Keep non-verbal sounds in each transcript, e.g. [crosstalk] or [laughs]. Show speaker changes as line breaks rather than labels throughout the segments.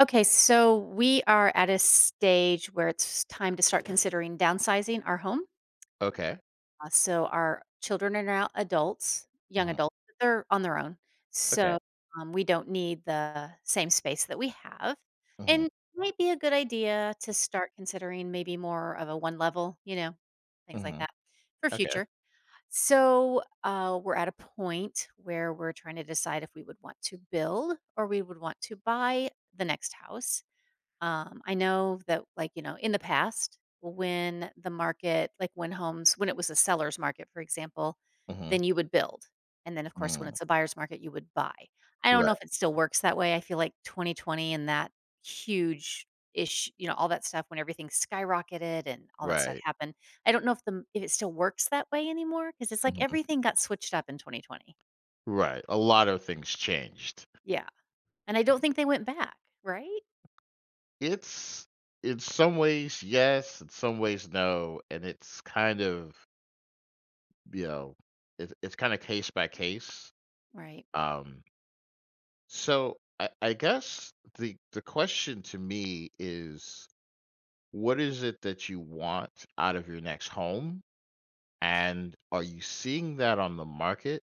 Okay, so we are at a stage where it's time to start considering downsizing our home.
Okay.
So our children are now adults, young
Mhm.
adults, but they're on their own.
Okay.
So we don't need the same space that we have.
Mhm.
And it might be a good idea to start considering maybe more of a one level, you know, things like
Mhm.
that for
Okay.
future. So we're at a point where we're trying to decide if we would want to build or we would want to buy the next house. I know that, like, you know, in the past, when the market, like when homes, when it was a seller's market, for example,
Mhm.
then you would build. And then, of course, when
Mm.
it's a buyer's market, you would buy. I don't know
Right.
if it still works that way. I feel like 2020 and that huge ish, you know, all that stuff when everything skyrocketed and all that stuff
Right.
happened. I don't know if the if it still works that way anymore because it's like
Mhm.
everything got switched up in 2020.
Right. A lot of things changed.
Yeah, and I don't think they went back. Right?
It's in some ways yes, in some ways no, and it's kind of you know it's kind of case by case.
Right.
Um. So I guess the question to me is what is it that you want out of your next home, and are you seeing that on the market?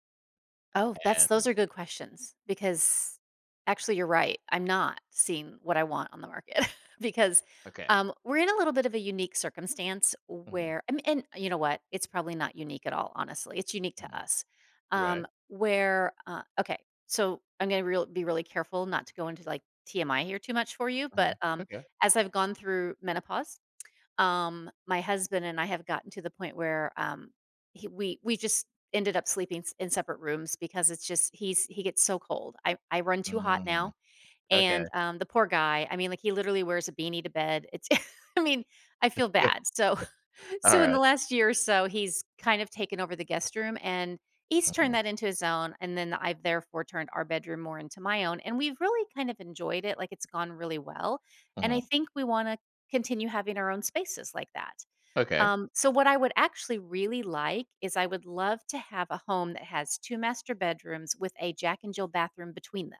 Oh, that's those
And
are good questions because actually you're right. I'm not seeing what I want on the market [laughs] because
okay.
we're in a little bit of a unique circumstance
Mm-hmm.
where, I mean, and you know what? It's probably not unique at all, honestly. It's unique to
Mhm.
us.
Right.
Okay, so I'm going to real be really careful not to go into like TMI here too much for you,
Mhm.
but
Okay.
as I've gone through menopause, my husband and I have gotten to the point where, he we just ended up sleeping s in separate rooms because it's just he gets so cold. I run too hot
Mm.
now,
Okay.
and, the poor guy, I mean, like, he literally wears a beanie to bed. It's [laughs] I mean, I feel bad.
[laughs]
So so in
Alright.
the last year or so, he's kind of taken over the guest room and he's turned
Mhm.
that into his own. And then I've therefore turned our bedroom more into my own. And we've really kind of enjoyed it. Like it's gone really well. And
Mhm.
I think we want to continue having our own spaces like that.
Okay.
So what I would actually really like is I would love to have a home that has two master bedrooms with a Jack and Jill bathroom between them.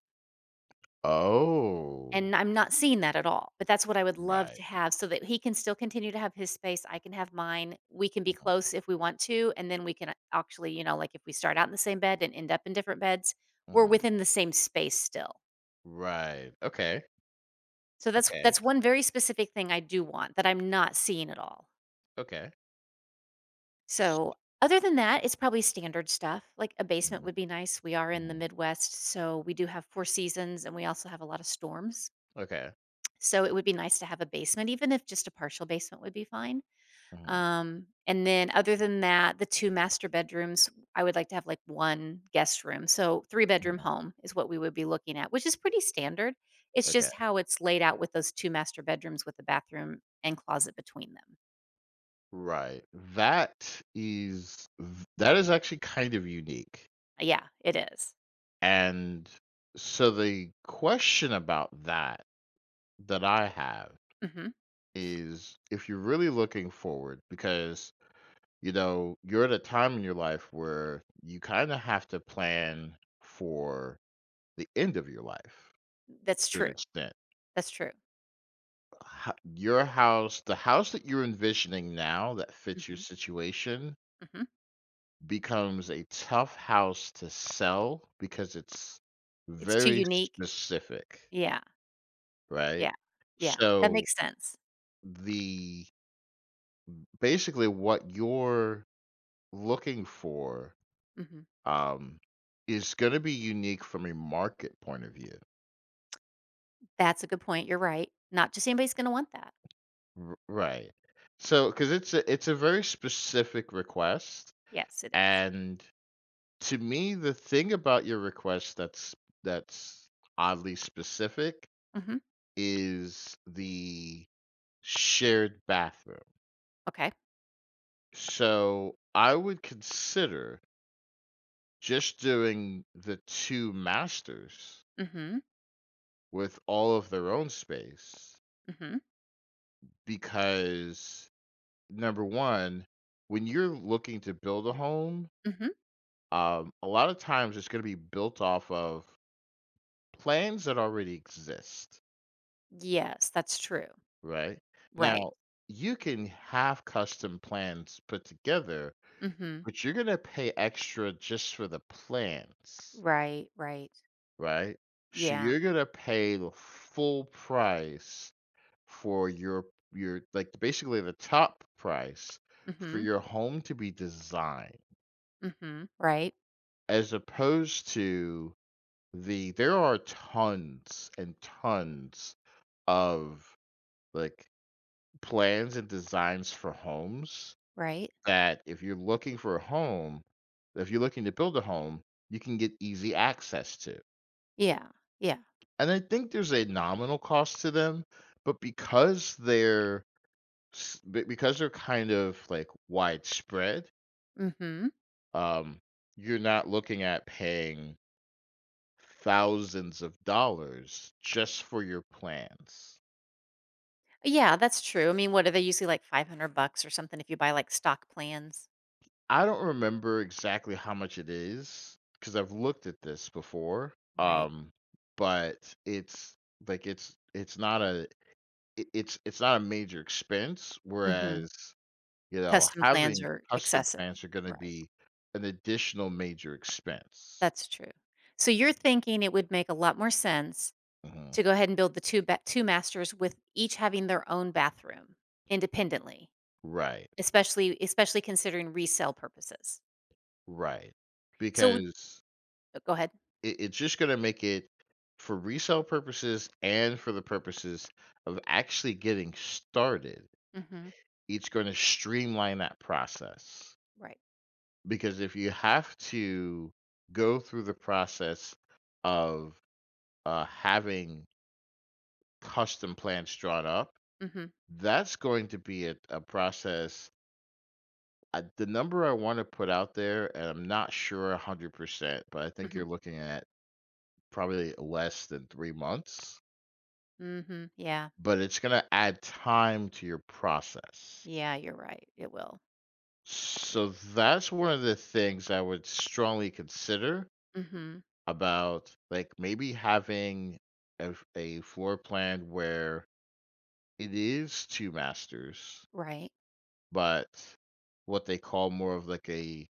Oh,
And I'm not seeing that at all, but that's what I would love
right.
to have so that he can still continue to have his space, I can have mine, we can be
Mhm.
close if we want to, and then we can actually, you know, like, if we start out in the same bed and end up in different beds, we're
Mhm.
within the same space still.
Right. Okay.
So
Okay.
that's one very specific thing I do want that I'm not seeing at all.
Okay. S
So, other than that, it's probably standard stuff, like a basement
mhm.
would be nice, we are in the
Mhm.
Midwest, so we do have 4 seasons and we also have a lot of storms.
Okay.
So it would be nice to have a basement, even if just a partial basement would be fine.
Mhm.
And then other than that, the 2 master bedrooms, I would like to have, like, 1 guest room. So, three-bedroom
Mhm.
home is what we would be looking at, which is pretty standard. It's
Okay.
just how it's laid out with those 2 master bedrooms with a bathroom and closet between them.
Right. That is actually kind of unique,
Yeah, it is.
and so the question about that I have
Mhm.
is if you're really looking forward because you know, you're at a time in your life where you kind of have to plan for the end of your life
That's
to an
true.
extent.
That's true.
Ho- Your house, the house that you're envisioning now that fits your
Mhm.
situation,
Mhm.
becomes a tough house to sell because it's
It's too
very
unique.
specific,
Yeah.
right?
Yeah. Yeah. That
So,
makes sense.
the basically what you're looking for
Mhm.
um, is going to be unique from a market point of view.
That's a good point, you're right. Not just anybody's gonna want that.
R- right. So, because it's a very specific request,
Yes, it is.
and to me, the thing about your request that's oddly specific
Mhm.
is the shared bathroom.
Okay.
So, I would consider just doing the two masters
Mhm.
with all of their own space
Mhm.
because number one, when you're looking to build a home,
Mhm.
a lot of times it's going to be built off of plans that already exist,
Yes, that's true.
right?
Right.
Now, you can have custom plans put together,
Mhm.
but you're going to pay extra just for the plans,
Right, right.
right? So
Yeah.
you're going to pay the full price for your like basically the top price for
Mhm.
your home to be designed
Mhm. Right,
as opposed to there are tons and tons of, like, plans and designs for homes
right.
that if you're looking for a home if you're looking to build a home, you can get easy access to.
Yeah, yeah.
And I think there's a nominal cost to them, but because they're s be because they're kind of, like, widespread,
Mhm.
um, you're not looking at paying thousands of dollars just for your plans.
Yeah, that's true. I mean, what are they usually like 500 bucks or something if you buy like stock plans,
I don't remember exactly how much it is because I've looked at this before.
right?
Um, but it's like it's not a it's not a major expense.
Mhm.
Whereas you know
Custom plans
having
are
custom
excessive.
plants are going to
Right.
be an additional major expense.
That's true. So you're thinking it would make a lot more sense
Hmm.
to go ahead and build the 2 masters with each having their own bathroom independently,
Right,
especially especially considering resale purposes.
right,
So
because
Go ahead.
it's just going to make it for resale purposes and for the purposes of actually getting started
Mhm.
it's gonna streamline that process.
Right.
Because if you have to go through the process of, having custom plans drawn up,
Mhm.
that's going to be a process the number I wanna put out there, and I'm not sure 100%, but I think you're
Mhm.
looking at probably less than 3 months,
Mhm. Yeah.
but it's gonna add time to your process.
Yeah, you're right. It will.
So that's one of the things I would strongly consider
Mhm.
about like maybe having a floor plan where it is two masters,
Right.
but what they call more of like a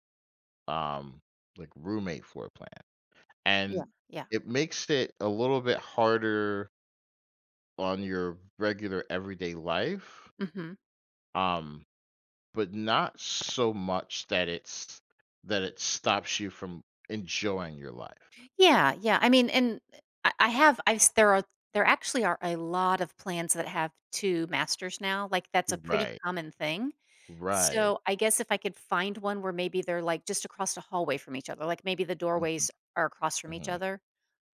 um like roommate floor plan. And
Yeah. Yeah.
it makes it a little bit harder on your regular everyday life.
Mhm.
Um, but not so much that it's that it stops you from enjoying your life.
Yeah, yeah. I mean, and I have I've s there are there actually are a lot of plans that have 2 masters now, like, that's a pretty
Right.
common thing.
Right.
So, I guess if I could find one where maybe they're, like, just across the hallway from each other, like, maybe the
Hmm.
doorways are across from each
Hmm.
other,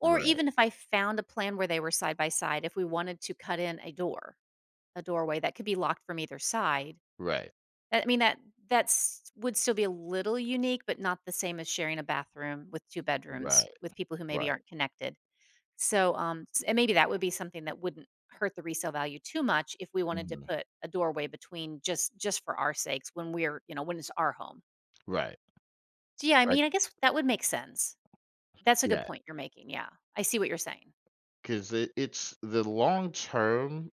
or
Right.
even if I found a plan where they were side by side, if we wanted to cut in a door, a doorway that could be locked from either side.
Right.
I mean, that's would still be a little unique, but not the same as sharing a bathroom with 2 bedrooms
Right,
with people who maybe
right.
aren't connected. So, s and maybe that would be something that wouldn't hurt the resale value too much if we wanted to
Mhm.
put a doorway between just for our sakes when we're, you know, when it's our home.
Right,
So, yeah, I
right,
mean, I guess that would make sense. That's a good
yeah,
point you're making, yeah. I see what you're saying.
'cause it's the long-term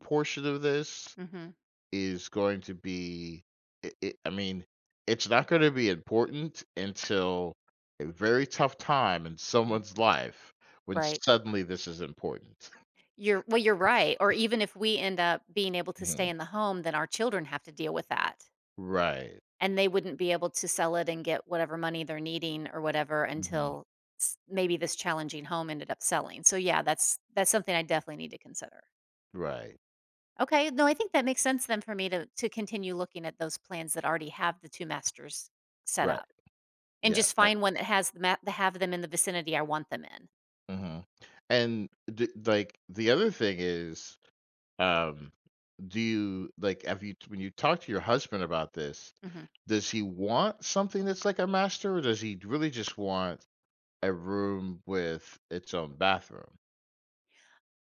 portion of this
Mhm,
is going to be it it I mean, it's not gonna be important until a very tough time in someone's
mhm.
life when
Right.
suddenly this is important. [laughs]
You're right, or even if we end up being able to stay
Mhm.
in the home, then our children have to deal with that,
Right.
and they wouldn't be able to sell it and get whatever money they're needing or whatever
Mhm.
until s maybe this challenging home ended up selling. So, yeah, that's something I definitely need to consider.
Right,
Okay, no, I think that makes sense then for me to continue looking at those plans that already have the 2 masters set
right,
up, and
yeah,
just
that
find one that has the ma that have them in the vicinity I want them in.
mhm, and the like, the other thing is um, do you like have you when you talk to your husband about this,
Mhm.
does he want something that's like a master or does he really just want a room with its own bathroom?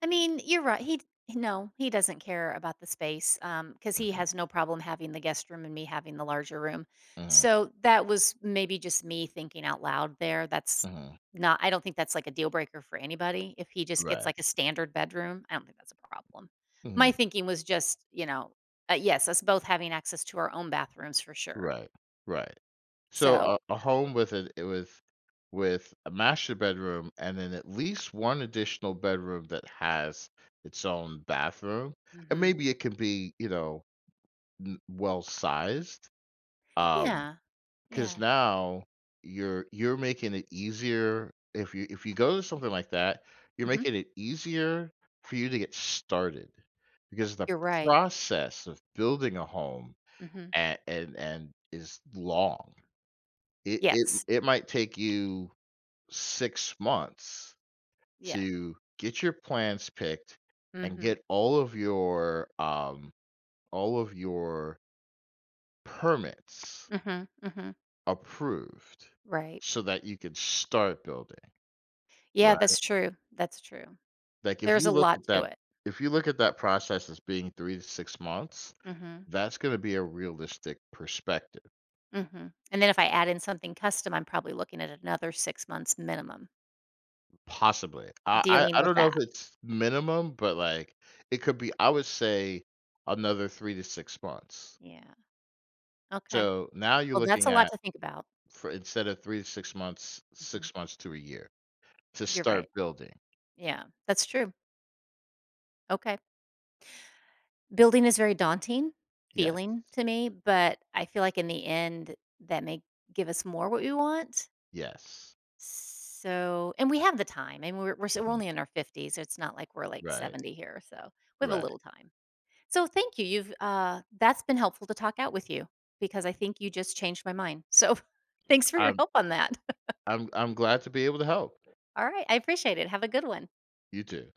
I mean, you're right. He d no, he doesn't care about the space, because he
Mhm,
has no problem having the guest room and me having the larger room.
mhm,
So, that was maybe just me thinking out loud there. That's
mhm.
not I don't think that's, like, a deal breaker for anybody. If he just gets,
Right.
like, a standard bedroom, I don't think that's a problem.
Mhm.
My thinking was just, you know, yes, us both having access to our own bathrooms for sure.
Right. Right. So
So
a home with a master bedroom and then at least one additional bedroom that has its own bathroom. And
Mhm.
maybe it can be, you know, n- well sized. Um.
Yeah,
'Cause
yeah.
now you're making it easier if you go to something like that, you're
Mhm.
making it easier for you to get started because the
You're right.
process of building a home
Mhm.
and is long. It it
Yes.
it might take you 6 months
Yeah.
to get your plans picked and
Mhm.
get all of your permits
Mhm. Mhm.
approved,
Right.
so that you can start building,
Yeah,
right?
that's true, that's true.
Like, if
There's
you
a
look
lot
at
to
that
it.
if you look at that process as being 3 to 6 months,
Mhm,
that's gonna be a realistic perspective,
mhm, and then if I add in something custom, I'm probably looking at another 6 months minimum
possibly. I I
dealing
I
with
don't know if
that.
it's minimum, but, like, it could be I would say another 3 to 6 months.
Yeah, okay.
So, now you're
Well, that's
looking
a lot
at
to think about.
for instead of 3 to 6 months,
Mhm.
6 months to a year to
You're
start
right.
building.
Yeah, that's true. Okay. Building is very daunting
Yes,
feeling to me, but I feel like in the end, that may give us more what we want.
yes.
So and we have the time, and we're
Mhm.
only in our 50s, it's not like we're, like,
Right,
70 here, so we have a
right.
little time. So thank you. You've that's been helpful to talk out with you because I think you just changed my mind. So [laughs] thanks for your
I'm
help on that.
I'm glad to be able to help.
[laughs] All right, I appreciate it. Have a good one.
You too.